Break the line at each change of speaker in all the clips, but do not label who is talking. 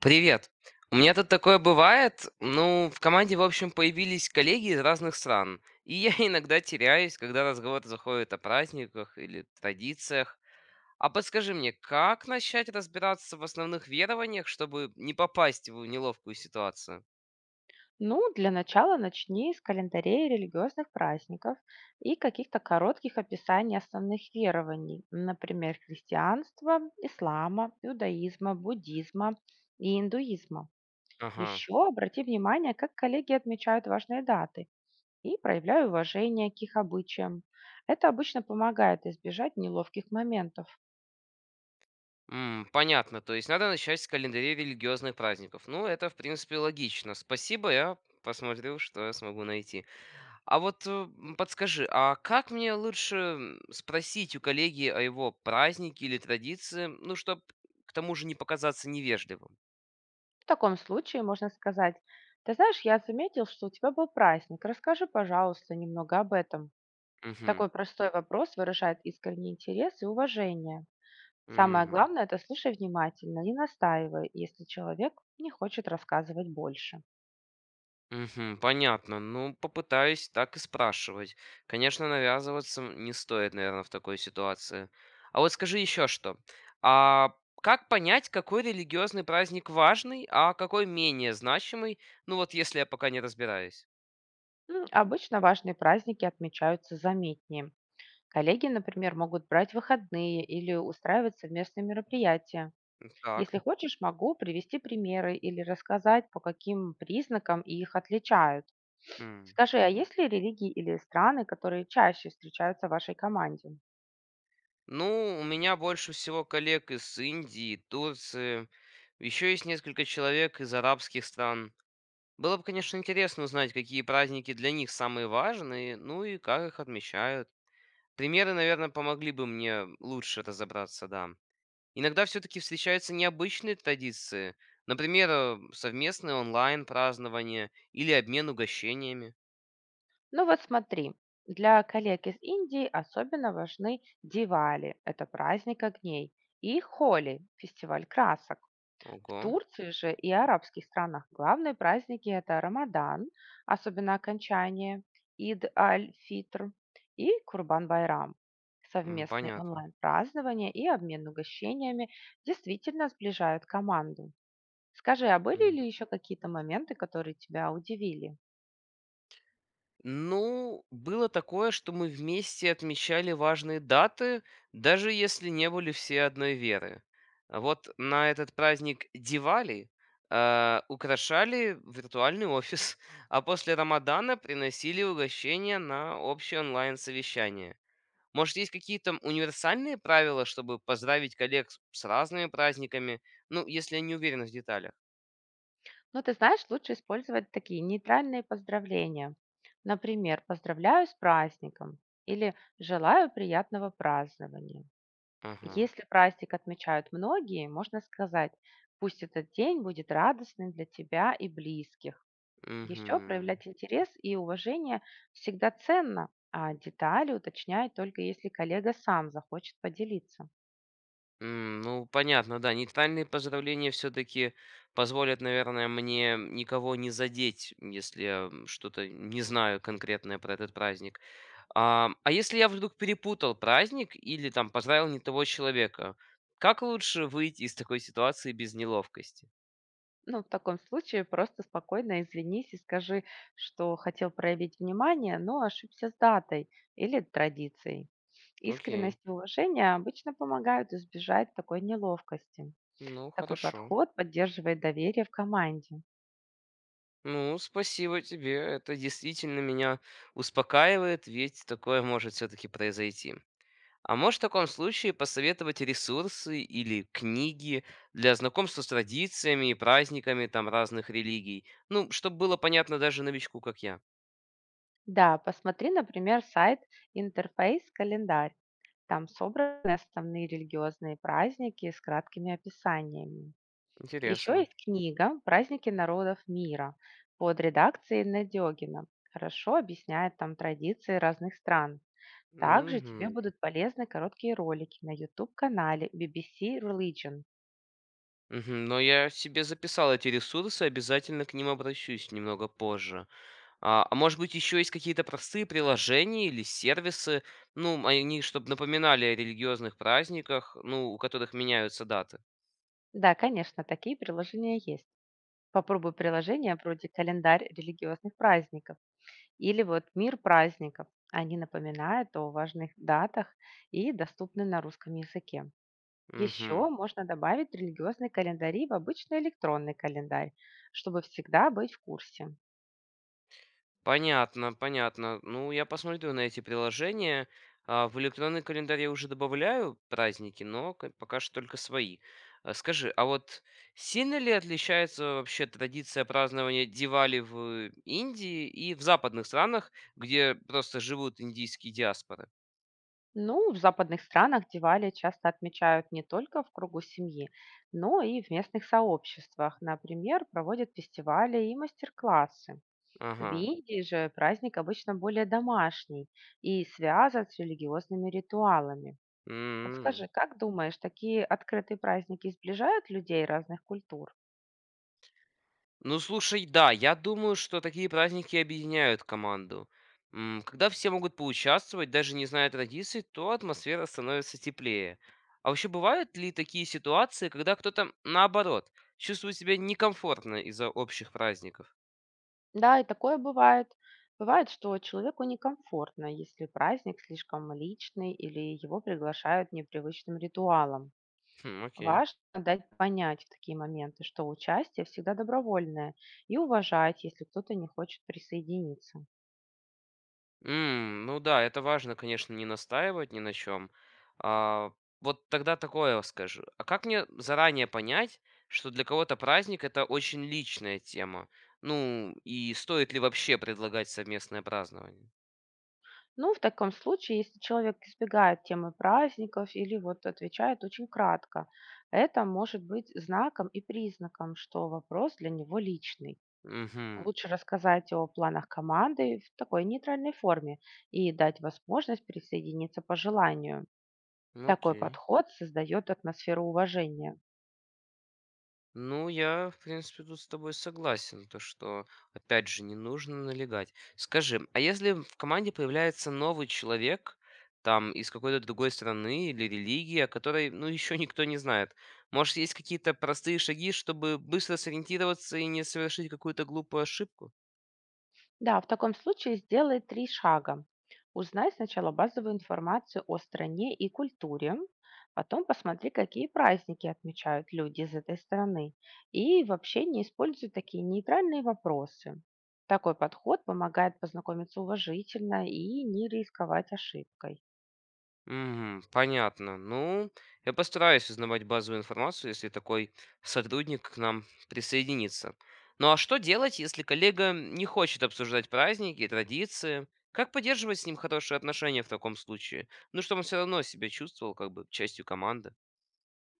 Привет. У меня тут такое бывает. Ну, в команде, в общем, появились коллеги из разных стран. И я иногда теряюсь, когда разговор заходит о праздниках или традициях. А подскажи мне, как начать разбираться в основных верованиях, чтобы не попасть в неловкую ситуацию?
Ну, для начала начни с календарей религиозных праздников и каких-то коротких описаний основных верований, например, христианства, ислама, иудаизма, буддизма и индуизма.
Ага.
Еще обрати внимание, как коллеги отмечают важные даты и проявляю уважение к их обычаям. Это обычно помогает избежать неловких моментов.
М, понятно. То есть надо начать с календаря религиозных праздников. Ну, это, в принципе, логично. Спасибо, я посмотрю, что я смогу найти. А вот подскажи, а как мне лучше спросить у коллеги о его празднике или традиции, ну, чтобы к тому же не показаться невежливым?
В таком случае можно сказать, ты знаешь, я заметил, что у тебя был праздник, расскажи, пожалуйста, немного об этом.
Угу,
Такой простой вопрос выражает искренний интерес и уважение. Самое
угу,
главное– это слушай внимательно, не настаивай, если человек не хочет рассказывать больше.
угу, понятно. Ну, попытаюсь так и спрашивать. Конечно, навязываться не стоит, наверное, в такой ситуации. А вот скажи еще что. А как понять, какой религиозный праздник важный, а какой менее значимый? Ну вот если я пока не разбираюсь.
Обычно важные праздники отмечаются заметнее. Коллеги, например, могут брать выходные или устраивать совместные мероприятия.
Так.
Если хочешь, могу привести примеры или рассказать, по каким признакам их отличают. Скажи, а есть ли религии или страны, которые чаще встречаются в вашей команде?
Ну, у меня больше всего коллег из Индии, Турции. Еще есть несколько человек из арабских стран. Было бы, конечно, интересно узнать, какие праздники для них самые важные, ну и как их отмечают. Примеры, наверное, помогли бы мне лучше разобраться, да. Иногда все-таки встречаются необычные традиции, например, совместное онлайн-празднование или обмен угощениями.
Ну вот смотри, для коллег из Индии особенно важны Дивали– это праздник огней, и Холи– фестиваль красок. В
Ого,
Турции же и арабских странах главные праздники– это Рамадан, особенно окончание Ид аль-Фитр и Курбан-Байрам.
м,
Совместные
понятно.
онлайн-празднования и обмен угощениями действительно сближают команду. Скажи, а были
М.
ли еще какие-то моменты, которые тебя удивили?
Ну, было такое, что мы вместе отмечали важные даты, даже если не были все одной веры. А вот на этот праздник Дивали украшали виртуальный офис, а после Рамадана приносили угощения на общее онлайн-совещание. Может, есть какие-то универсальные правила, чтобы поздравить коллег с разными праздниками, ну, если я не уверены в деталях?
Но ты знаешь, лучше использовать такие нейтральные поздравления. Например, поздравляю с праздником или желаю приятного празднования.
Ага.
Если праздник отмечают многие, можно сказать, пусть этот день будет радостным для тебя и близких. Еще
Угу.
проявлять интерес и уважение всегда ценно, а детали уточняй только если коллега сам захочет поделиться.
М, ну, понятно, да. Нейтральные поздравления все-таки позволят, наверное, мне никого не задеть, если я что-то не знаю конкретное про этот праздник. А если я вдруг перепутал праздник или там поздравил не того человека, как лучше выйти из такой ситуации без неловкости?
Ну, в таком случае просто спокойно извинись и скажи, что хотел проявить внимание, но ошибся с датой или традицией.
Окей,
Искренность и уважение обычно помогают избежать такой неловкости.
ну
Такой
хорошо.
подход поддерживает доверие в команде.
Ну, спасибо тебе, это действительно меня успокаивает, ведь такое может все-таки произойти. А можешь в таком случае посоветовать ресурсы или книги для знакомства с традициями и праздниками там разных религий? Ну, чтобы было понятно даже новичку, как я.
Да, посмотри, например, сайт «Интерфейс календарь». Там собраны основные религиозные праздники с краткими описаниями. Еще
Интересно.
есть книга «Праздники народов мира» под редакцией Надегина. Хорошо объясняет там традиции разных стран. Также тебе
Мгм.
будут полезны короткие ролики на YouTube-канале BBC Religion.
Мгм. Но я себе записал эти ресурсы, обязательно к ним обращусь немного позже. А может быть еще есть какие-то простые приложения или сервисы, ну, они чтобы напоминали о религиозных праздниках, ну, у которых меняются даты.
Да, конечно, такие приложения есть. Попробуй приложения вроде «Календарь религиозных праздников» или вот «Мир праздников». Они напоминают о важных датах и доступны на русском языке. Еще
Мгм.
можно добавить религиозные календари в обычный электронный календарь, чтобы всегда быть в курсе.
Понятно, понятно. Ну, я посмотрю на эти приложения. А, в электронный календарь я уже добавляю праздники, но пока что только свои. А, скажи, а вот сильно ли отличается вообще традиция празднования Дивали в Индии и в западных странах, где просто живут индийские диаспоры?
Ну, в западных странах Дивали часто отмечают не только в кругу семьи, но и в местных сообществах. Например, проводят фестивали и мастер-классы. В
Ага.
Индии же праздник обычно более домашний и связан с религиозными ритуалами.
М.
Подскажи, как думаешь, такие открытые праздники сближают людей разных культур?
Ну, слушай, да, я думаю, что такие праздники объединяют команду. М, когда все могут поучаствовать, даже не зная традиций, то атмосфера становится теплее. А вообще бывают ли такие ситуации, когда кто-то, наоборот, чувствует себя некомфортно из-за общих праздников?
Да, и такое бывает. Бывает, что человеку некомфортно, если праздник слишком личный или его приглашают непривычным ритуалом.
Хм, окей.
Важно дать понять в такие моменты, что участие всегда добровольное, и уважать, если кто-то не хочет присоединиться.
М, ну да, это важно, конечно, не настаивать ни на чем. Вот тогда такое вот скажу. А как мне заранее понять, что для кого-то праздник — это очень личная тема? Ну, и стоит ли вообще предлагать совместное празднование?
Ну, в таком случае, если человек избегает темы праздников или вот отвечает очень кратко, это может быть знаком и признаком, что вопрос для него личный.
Мгм.
Лучше рассказать о планах команды в такой нейтральной форме и дать возможность присоединиться по желанию.
Ну
Такой
окей.
подход создает атмосферу уважения.
Ну, я, в принципе, тут с тобой согласен, то что, опять же, не нужно налегать. Скажи, а если в команде появляется новый человек, там, из какой-то другой страны или религии, о которой, ну, еще никто не знает, может, есть какие-то простые шаги, чтобы быстро сориентироваться и не совершить какую-то глупую ошибку?
Да, в таком случае сделай 3 шага. Узнай сначала базовую информацию о стране и культуре, потом посмотри, какие праздники отмечают люди из этой страны, и в общении используй такие нейтральные вопросы. Такой подход помогает познакомиться уважительно и не рисковать ошибкой.
Мгм. Понятно. Ну, я постараюсь узнавать базовую информацию, если такой сотрудник к нам присоединится. Ну а что делать, если коллега не хочет обсуждать праздники и традиции? Как поддерживать с ним хорошие отношения в таком случае? Ну, чтобы он все равно себя чувствовал как бы частью команды.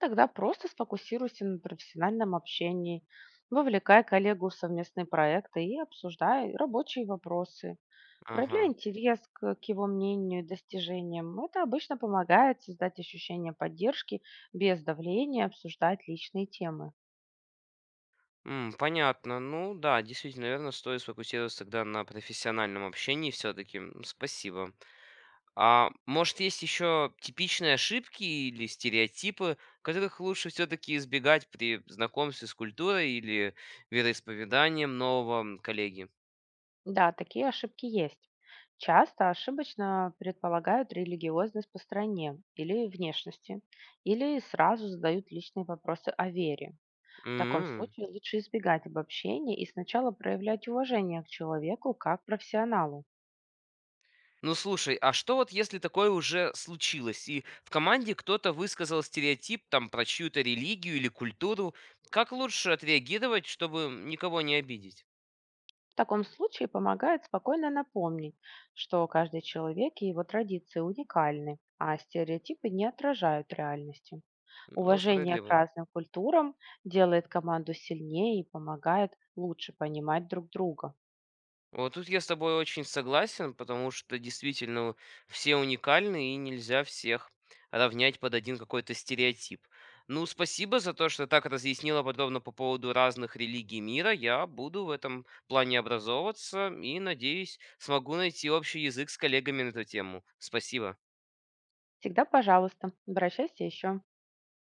Тогда просто сфокусируйся на профессиональном общении, вовлекай коллегу в совместные проекты и обсуждай рабочие вопросы. Проявляй
Ага.
интерес к его мнению и достижениям. Это обычно помогает создать ощущение поддержки без давления обсуждать личные темы.
М, понятно. Ну да, действительно, наверное, стоит сфокусироваться тогда на профессиональном общении все-таки. Спасибо. А может, есть еще типичные ошибки или стереотипы, которых лучше все-таки избегать при знакомстве с культурой или вероисповеданием нового коллеги?
Да, такие ошибки есть. Часто ошибочно предполагают религиозность по стране или внешности, или сразу задают личные вопросы о вере. В таком
М.
случае лучше избегать обобщения и сначала проявлять уважение к человеку как профессионалу.
Ну слушай, а что вот если такое уже случилось, и в команде кто-то высказал стереотип там про чью-то религию или культуру, как лучше отреагировать, чтобы никого не обидеть?
В таком случае помогает спокойно напомнить, что каждый человек и его традиции уникальны, а стереотипы не отражают реальности.
Ну,
Уважение к
справедливо.
разным культурам делает команду сильнее и помогает лучше понимать друг друга.
Вот тут я с тобой очень согласен, потому что действительно все уникальны и нельзя всех равнять под один какой-то стереотип. Ну, спасибо за то, что так разъяснила подробно по поводу разных религий мира. Я буду в этом плане образовываться и, надеюсь, смогу найти общий язык с коллегами на эту тему. Спасибо.
Всегда, пожалуйста, обращайся еще.